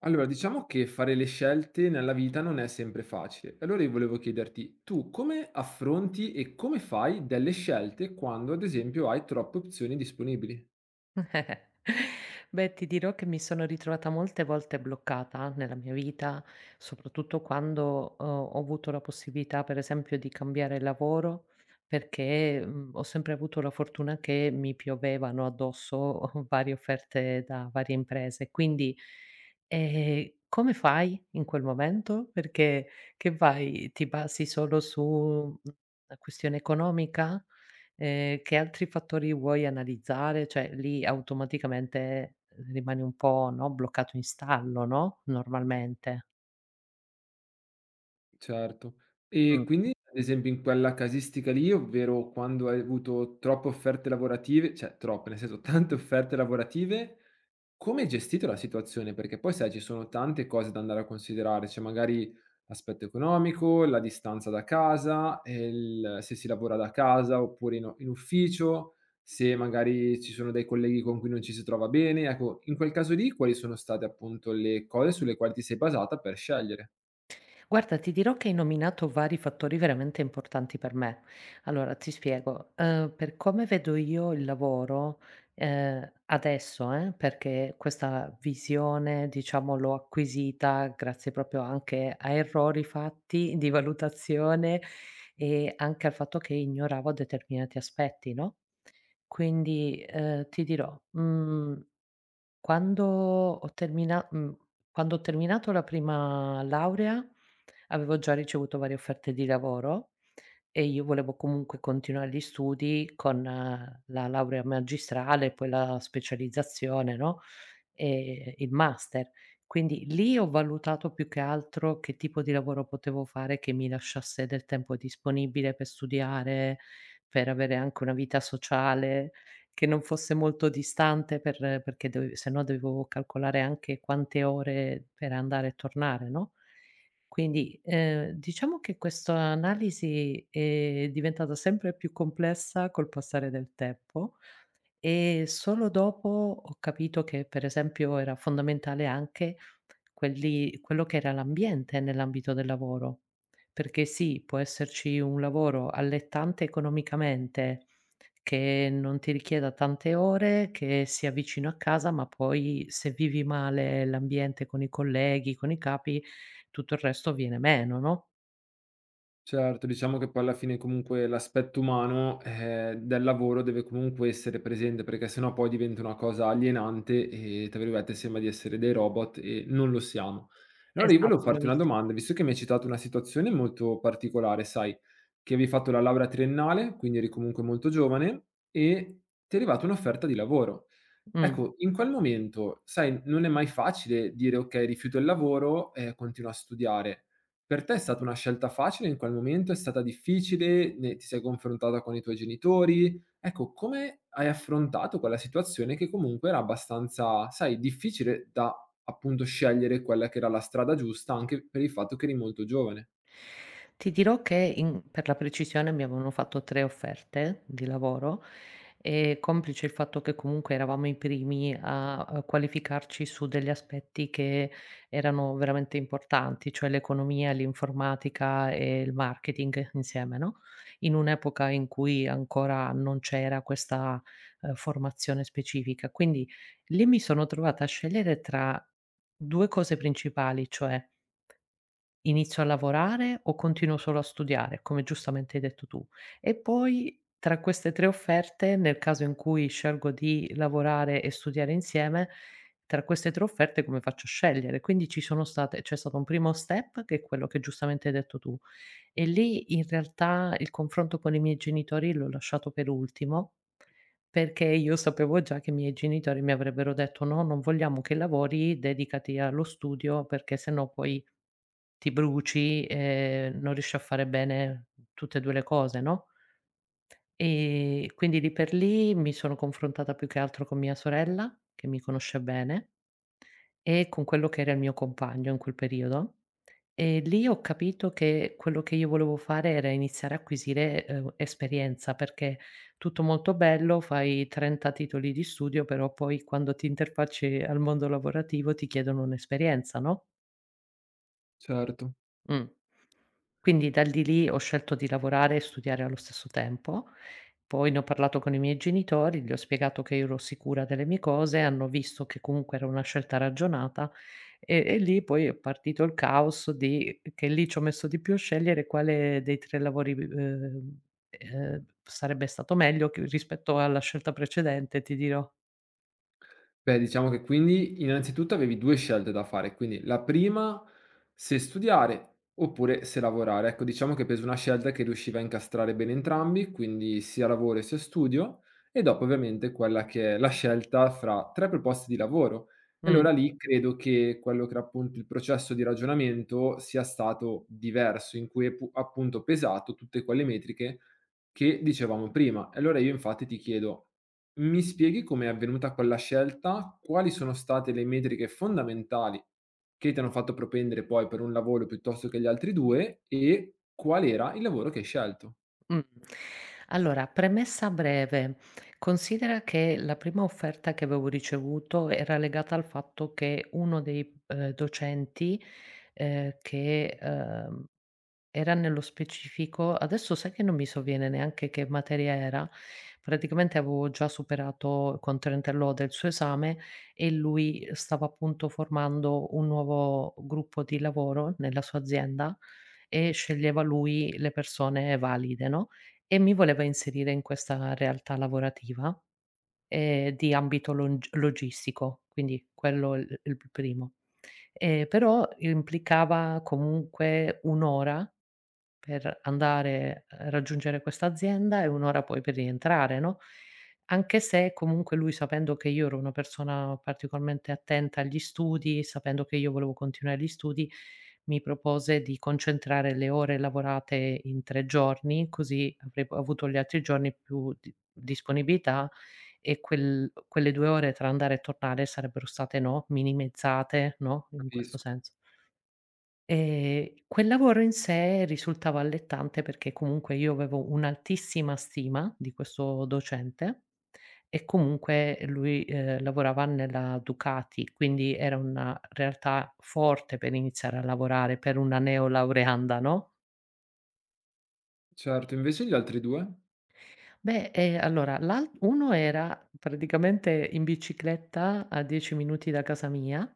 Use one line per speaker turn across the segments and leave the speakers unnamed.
Allora, diciamo che fare le scelte nella vita non è sempre facile. Allora io volevo chiederti, tu come affronti e come fai delle scelte quando, ad esempio, hai troppe opzioni disponibili?
Beh, ti dirò che mi sono ritrovata molte volte bloccata nella mia vita, soprattutto quando, ho avuto la possibilità, per esempio, di cambiare lavoro, perché, ho sempre avuto la fortuna che mi piovevano addosso varie offerte da varie imprese. Quindi, come fai in quel momento? Perché Che vai? Ti basi solo su una questione economica? Che altri fattori vuoi analizzare? Cioè lì automaticamente rimani un po', no, bloccato in stallo, no, normalmente.
Certo. E
Mh.
quindi, ad esempio, in quella casistica lì, ovvero quando hai avuto troppe offerte lavorative, cioè troppe, nel senso tante offerte lavorative, come hai gestito la situazione? Perché poi sai ci sono tante cose da andare a considerare, cioè magari l'aspetto economico, la distanza da casa, e il se si lavora da casa oppure in ufficio, se magari ci sono dei colleghi con cui non ci si trova bene. Ecco, in quel caso lì quali sono state appunto le cose sulle quali ti sei basata per scegliere?
Guarda, ti dirò che hai nominato vari fattori veramente importanti per me. Allora, ti spiego, per come vedo io il lavoro, adesso, perché questa visione, diciamo, l'ho acquisita grazie proprio anche a errori fatti di valutazione e anche al fatto che ignoravo determinati aspetti, no, quindi, ti dirò, mhmm quando ho termina mhmm, quando ho terminato la prima laurea, avevo già ricevuto varie offerte di lavoro e io volevo comunque continuare gli studi con la laurea magistrale, poi la specializzazione, no, il master. Quindi lì ho valutato più che altro che tipo di lavoro potevo fare che mi lasciasse del tempo disponibile per studiare, per avere anche una vita sociale che non fosse molto distante perché dove sennò dovevo calcolare anche quante ore per andare e tornare, no? Quindi, diciamo che questa analisi è diventata sempre più complessa col passare del tempo, e solo dopo ho capito che, per esempio, era fondamentale anche quelli quello che era l'ambiente nell'ambito del lavoro, perché sì, può esserci un lavoro allettante economicamente, che non ti richieda tante ore, che sia vicino a casa, ma poi se vivi male l'ambiente con i colleghi, con i capi, tutto il resto viene meno, no?
Certo, diciamo che poi alla fine comunque l'aspetto umano, del lavoro deve comunque essere presente, perché sennò poi diventa una cosa alienante e, tra virgolette, "sembra di essere dei robot" e non lo siamo. Allora io volevo
Esatto,
farti una
bravissimo.
domanda, visto che mi hai citato una situazione molto particolare, sai, che avevi fatto la laurea triennale, quindi eri comunque molto giovane e ti è arrivata un'offerta di lavoro.
Mh.
Ecco, in quel momento, sai, non è mai facile dire: "Okay, rifiuto il lavoro e continuo a studiare." Per te è stata una scelta facile in quel momento? È stata difficile? Ne ti sei confrontata con i tuoi genitori? Ecco, come hai affrontato quella situazione che comunque era abbastanza, sai, difficile da appunto scegliere quella che era la strada giusta, anche per il fatto che eri molto giovane?
Ti dirò che in per la precisione mi avevano fatto 3 offerte di lavoro e complice il fatto che comunque eravamo i primi a, qualificarci su degli aspetti che erano veramente importanti, cioè l'economia, l'informatica e il marketing insieme, no, in un'epoca in cui ancora non c'era questa, formazione specifica. Quindi lì mi sono trovata a scegliere tra 2 cose principali, cioè inizio a lavorare o continuo solo a studiare, come giustamente hai detto tu. E poi tra queste 3 offerte, nel caso in cui scelgo di lavorare e studiare insieme, tra queste 3 offerte come faccio a scegliere? Quindi ci sono state c'è stato un primo step che è quello che giustamente hai detto tu e lì in realtà il confronto con i miei genitori l'ho lasciato per ultimo, perché io sapevo già che i miei genitori mi avrebbero detto: "No, non vogliamo che lavori, dedicati allo studio perché se no poi ti bruci, non riesci a fare bene tutte e 2 le cose, no, quindi lì per lì mi sono confrontata più che altro con mia sorella, che mi conosce bene, e con quello che era il mio compagno in quel periodo, e lì ho capito che quello che io volevo fare era iniziare a acquisire, esperienza, perché tutto molto bello, fai 30 titoli di studio, però poi quando ti interfacci al mondo lavorativo ti chiedono un'esperienza, no?
Certo.
Mh. Quindi dal di lì ho scelto di lavorare e studiare allo stesso tempo. Poi ne ho parlato con i miei genitori, gli ho spiegato che io ero sicura delle mie cose, hanno visto che comunque era una scelta ragionata e lì poi è partito il caos di che lì ci ho messo di più a scegliere quale dei 3 lavori, sarebbe stato meglio che rispetto alla scelta precedente, ti dirò.
Beh, diciamo che quindi innanzitutto avevi 2 scelte da fare, quindi la prima se studiare oppure se lavorare. Ecco, diciamo che hai preso una scelta che riusciva a incastrare bene entrambi, quindi sia lavoro e sia studio, e dopo ovviamente quella che è la scelta fra 3 proposte di lavoro. E
Mh.
allora lì credo che quello che era appunto il processo di ragionamento sia stato diverso, in cui hai pu appunto pesato tutte quelle metriche che dicevamo prima. E allora io infatti ti chiedo, mi spieghi com'è avvenuta quella scelta? Quali sono state le metriche fondamentali che ti hanno fatto propendere poi per un lavoro piuttosto che gli altri 2, e qual era il lavoro che hai scelto?
Mh. Allora, premessa breve: considera che la prima offerta che avevo ricevuto era legata al fatto che uno dei, docenti, ehm, che, ehm era nello specifico adesso sai che non mi sovviene neanche che materia era, praticamente avevo già superato il contentello del suo esame e lui stava appunto formando un nuovo gruppo di lavoro nella sua azienda e sceglieva lui le persone valide, no, e mi voleva inserire in questa realtà lavorativa, di ambito longi logistico, quindi quello il primo. Però implicava comunque 1 ora per andare a raggiungere questa azienda e 1 ora poi per rientrare, no, anche se comunque lui sapendo che io ero una persona particolarmente attenta agli studi, sapendo che io volevo continuare gli studi, mi propose di concentrare le ore lavorate in 3 giorni, così avrei p avuto gli altri giorni più di disponibilità e quelle 2 ore tra andare e tornare sarebbero state, no, minimizzate, no, in questo
Capisco.
senso. Quel lavoro in sé risultava allettante perché comunque io avevo un'altissima stima di questo docente e comunque lui, lavorava nella Ducati, quindi era una realtà forte per iniziare a lavorare per una neolaureanda, no?
Certo, invece gli altri 2?
Beh, allora l'al uno era praticamente in bicicletta a 10 minuti da casa mia,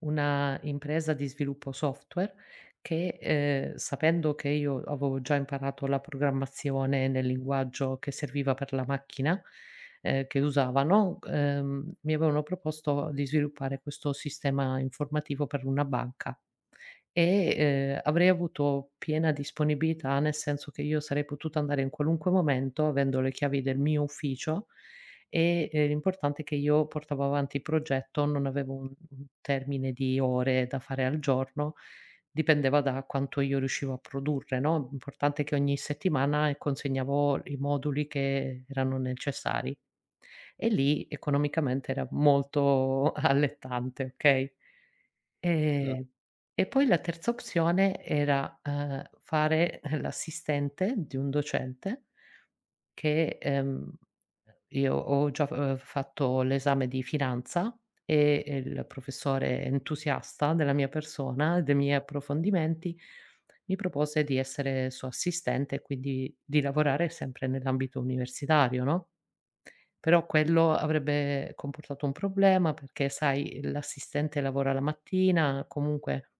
una impresa di sviluppo software che, sapendo che io avevo già imparato la programmazione nel linguaggio che serviva per la macchina, che usavano, mi avevano proposto di sviluppare questo sistema informativo per una banca. E, avrei avuto piena disponibilità, nel senso che io sarei potuta andare in qualunque momento avendo le chiavi del mio ufficio e, l'importante è che io portavo avanti il progetto, non avevo un termine di ore da fare al giorno, dipendeva da quanto io riuscivo a produrre, no, l'importante è che ogni settimana, consegnavo i moduli che erano necessari. E lì economicamente era molto allettante, okay? Ehm, e poi la terza opzione era, fare l'assistente di un docente che, io ho già, fatto l'esame di finanza e il professore entusiasta della mia persona, dei miei approfondimenti, mi propose di essere suo assistente e quindi di lavorare sempre nell'ambito universitario, no, però quello avrebbe comportato un problema perché, sai, l'assistente lavora la mattina, comunque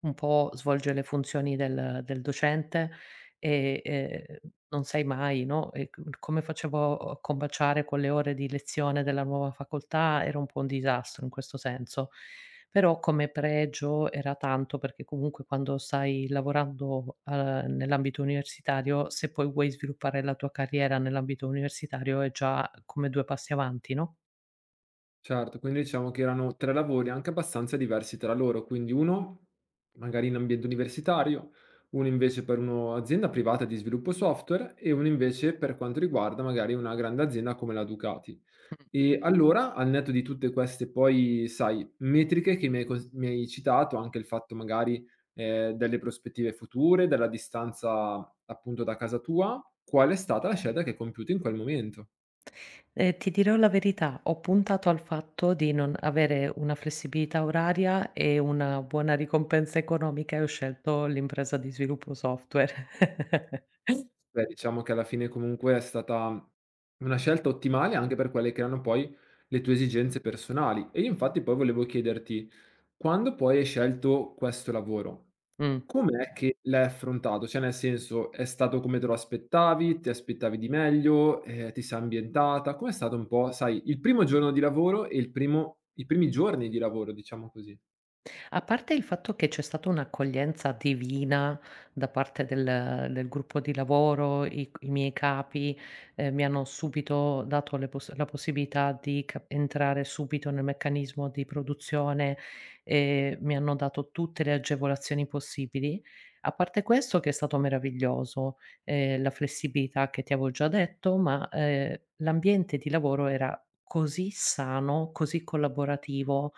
un po' svolge le funzioni del docente e, non sai mai, no, e c come facevo a combaciare con le ore di lezione della nuova facoltà era un po' un disastro in questo senso. Però come pregio era tanto, perché comunque quando stai lavorando, nell'ambito universitario, se poi vuoi sviluppare la tua carriera nell'ambito universitario è già come 2 passi avanti, no?
Certo, quindi diciamo che erano 3 lavori anche abbastanza diversi tra loro, quindi uno magari in ambiente universitario, uno invece per un'azienda privata di sviluppo software e uno invece per quanto riguarda magari una grande azienda come la Ducati. E allora, al netto di tutte queste poi, sai, metriche che mi hai cos mi hai citato, anche il fatto magari, delle prospettive future, della distanza appunto da casa tua, qual è stata la scelta che hai compiuto in quel momento?
Ti dirò la verità, ho puntato al fatto di non avere una flessibilità oraria e una buona ricompensa economica e ho scelto l'impresa di sviluppo software.
Beh, diciamo che alla fine comunque è stata una scelta ottimale anche per quelle che erano poi le tue esigenze personali. E io infatti poi volevo chiederti, quando poi hai scelto questo lavoro,
Mh.
com'è che l'hai affrontato? Cioè, nel senso, è stato come te lo aspettavi? Ti aspettavi di meglio? Ti sei ambientata? Com'è stato un po', sai, il primo giorno di lavoro e il primo, i primi giorni di lavoro, diciamo così?
A parte il fatto che c'è stata un'accoglienza divina da parte del gruppo di lavoro, i miei capi, mi hanno subito dato le poss la possibilità di cap entrare subito nel meccanismo di produzione e mi hanno dato tutte le agevolazioni possibili. A parte questo che è stato meraviglioso, la flessibilità che ti avevo già detto, ma, l'ambiente di lavoro era così sano, così collaborativo.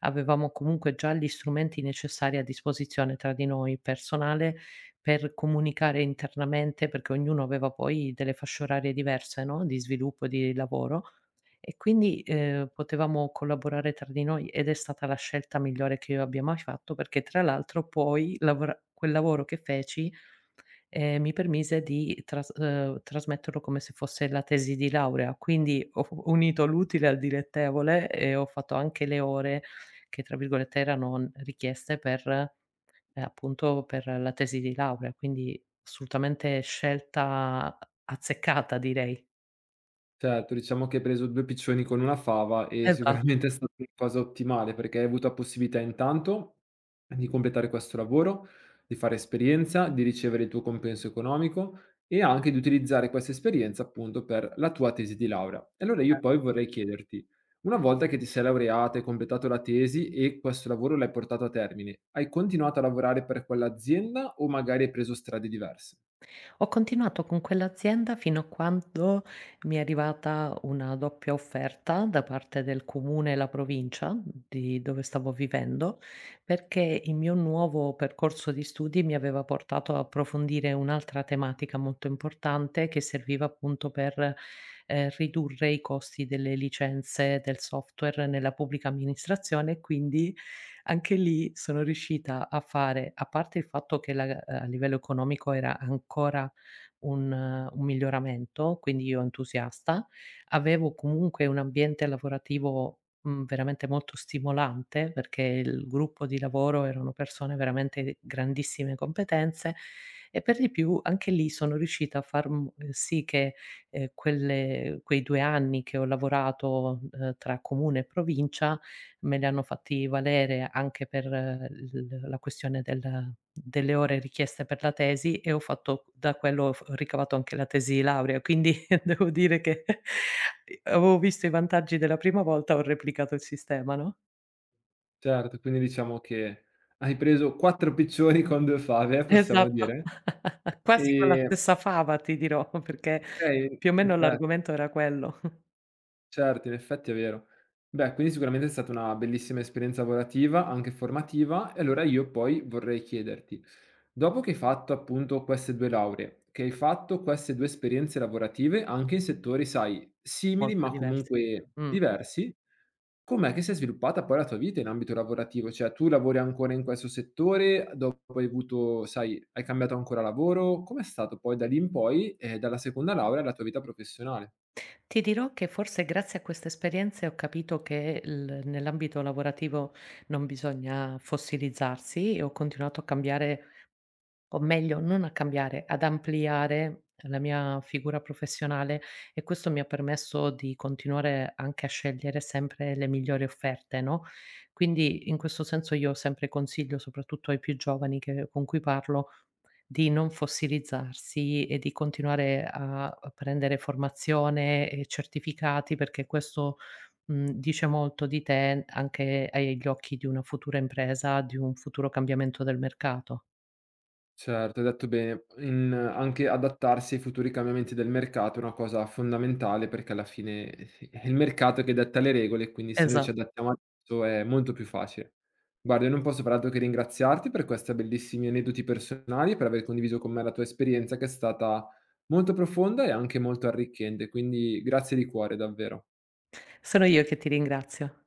Avevamo comunque già gli strumenti necessari a disposizione tra di noi, personale, per comunicare internamente, perché ognuno aveva poi delle fasce orarie diverse, no, di sviluppo e di lavoro e quindi, potevamo collaborare tra di noi ed è stata la scelta migliore che io abbia mai fatto perché tra l'altro poi lavora quel lavoro che feci mi permise di trasmetterlo come se fosse la tesi di laurea. Quindi ho f unito l'utile al dilettevole e ho fatto anche le ore che, tra virgolette, erano n richieste per, appunto per la tesi di laurea, quindi assolutamente scelta azzeccata direi.
Certo, diciamo che hai preso 2 piccioni con una fava e
Esa
sicuramente è stata una cosa ottimale, perché hai avuto la possibilità intanto di completare questo lavoro, di fare esperienza, di ricevere il tuo compenso economico e anche di utilizzare questa esperienza appunto per la tua tesi di laurea. E allora io poi vorrei chiederti, una volta che ti sei laureata, hai completato la tesi e questo lavoro l'hai portato a termine, hai continuato a lavorare per quell'azienda o magari hai preso strade diverse?
Ho continuato con quell'azienda fino a quando mi è arrivata una doppia offerta da parte del comune e la provincia di dove stavo vivendo, perché il mio nuovo percorso di studi mi aveva portato a approfondire un'altra tematica molto importante che serviva appunto per ridurre i costi delle licenze del software nella pubblica amministrazione, quindi anche lì sono riuscita a fare, a parte il fatto che a livello economico era ancora un miglioramento, quindi io entusiasta. Avevo comunque un ambiente lavorativo, veramente molto stimolante, perché il gruppo di lavoro erano persone veramente di grandissime competenze e per di più anche lì sono riuscita a far m sì che, quelle quei 2 anni che ho lavorato, tra comune e provincia me li hanno fatti valere anche per l la questione delle ore richieste per la tesi e ho fatto da quello ho ricavato anche la tesi di laurea, quindi devo dire che avevo visto i vantaggi della prima volta, ho replicato il sistema, no.
Certo, quindi diciamo che hai preso 4 piccioni con 2 fave, possiamo
Esatto,
dire?
quasi con la
Ehm,
stessa fava ti dirò, perché
okay,
più o
in
meno
effetti
l'argomento era quello.
certo, in effetti è vero. Beh, quindi sicuramente è stata una bellissima esperienza lavorativa, anche formativa, e allora io poi vorrei chiederti, dopo che hai fatto appunto queste 2 lauree, che hai fatto queste 2 esperienze lavorative anche in settori, sai, simili
Molto
ma
diversi.
comunque
Mh.
diversi, com'è che si è sviluppata poi la tua vita in ambito lavorativo? Cioè tu lavori ancora in questo settore, dopo hai avuto sai, hai cambiato ancora lavoro, com'è stato poi da lì in poi, dalla seconda laurea la tua vita professionale?
Ti dirò che forse grazie a queste esperienze ho capito che il nell'ambito lavorativo non bisogna fossilizzarsi e ho continuato a cambiare o meglio non a cambiare, ad ampliare la mia figura professionale e questo mi ha permesso di continuare anche a scegliere sempre le migliori offerte, no, quindi in questo senso io sempre consiglio, soprattutto ai più giovani che con cui parlo, di non fossilizzarsi e di continuare a prendere formazione e certificati, perché questo, dice molto di te anche agli occhi di una futura impresa, di un futuro cambiamento del mercato.
Certo, hai detto bene. In anche adattarsi ai futuri cambiamenti del mercato è una cosa fondamentale perché alla fine è il mercato che detta le regole, quindi se noi
Esa
ci adattiamo a tutto è molto più facile. Guarda, io non posso far altro che ringraziarti per questi bellissimi aneddoti personali, per aver condiviso con me la tua esperienza che è stata molto profonda e anche molto arricchente, quindi grazie di cuore davvero.
Sono io che ti ringrazio.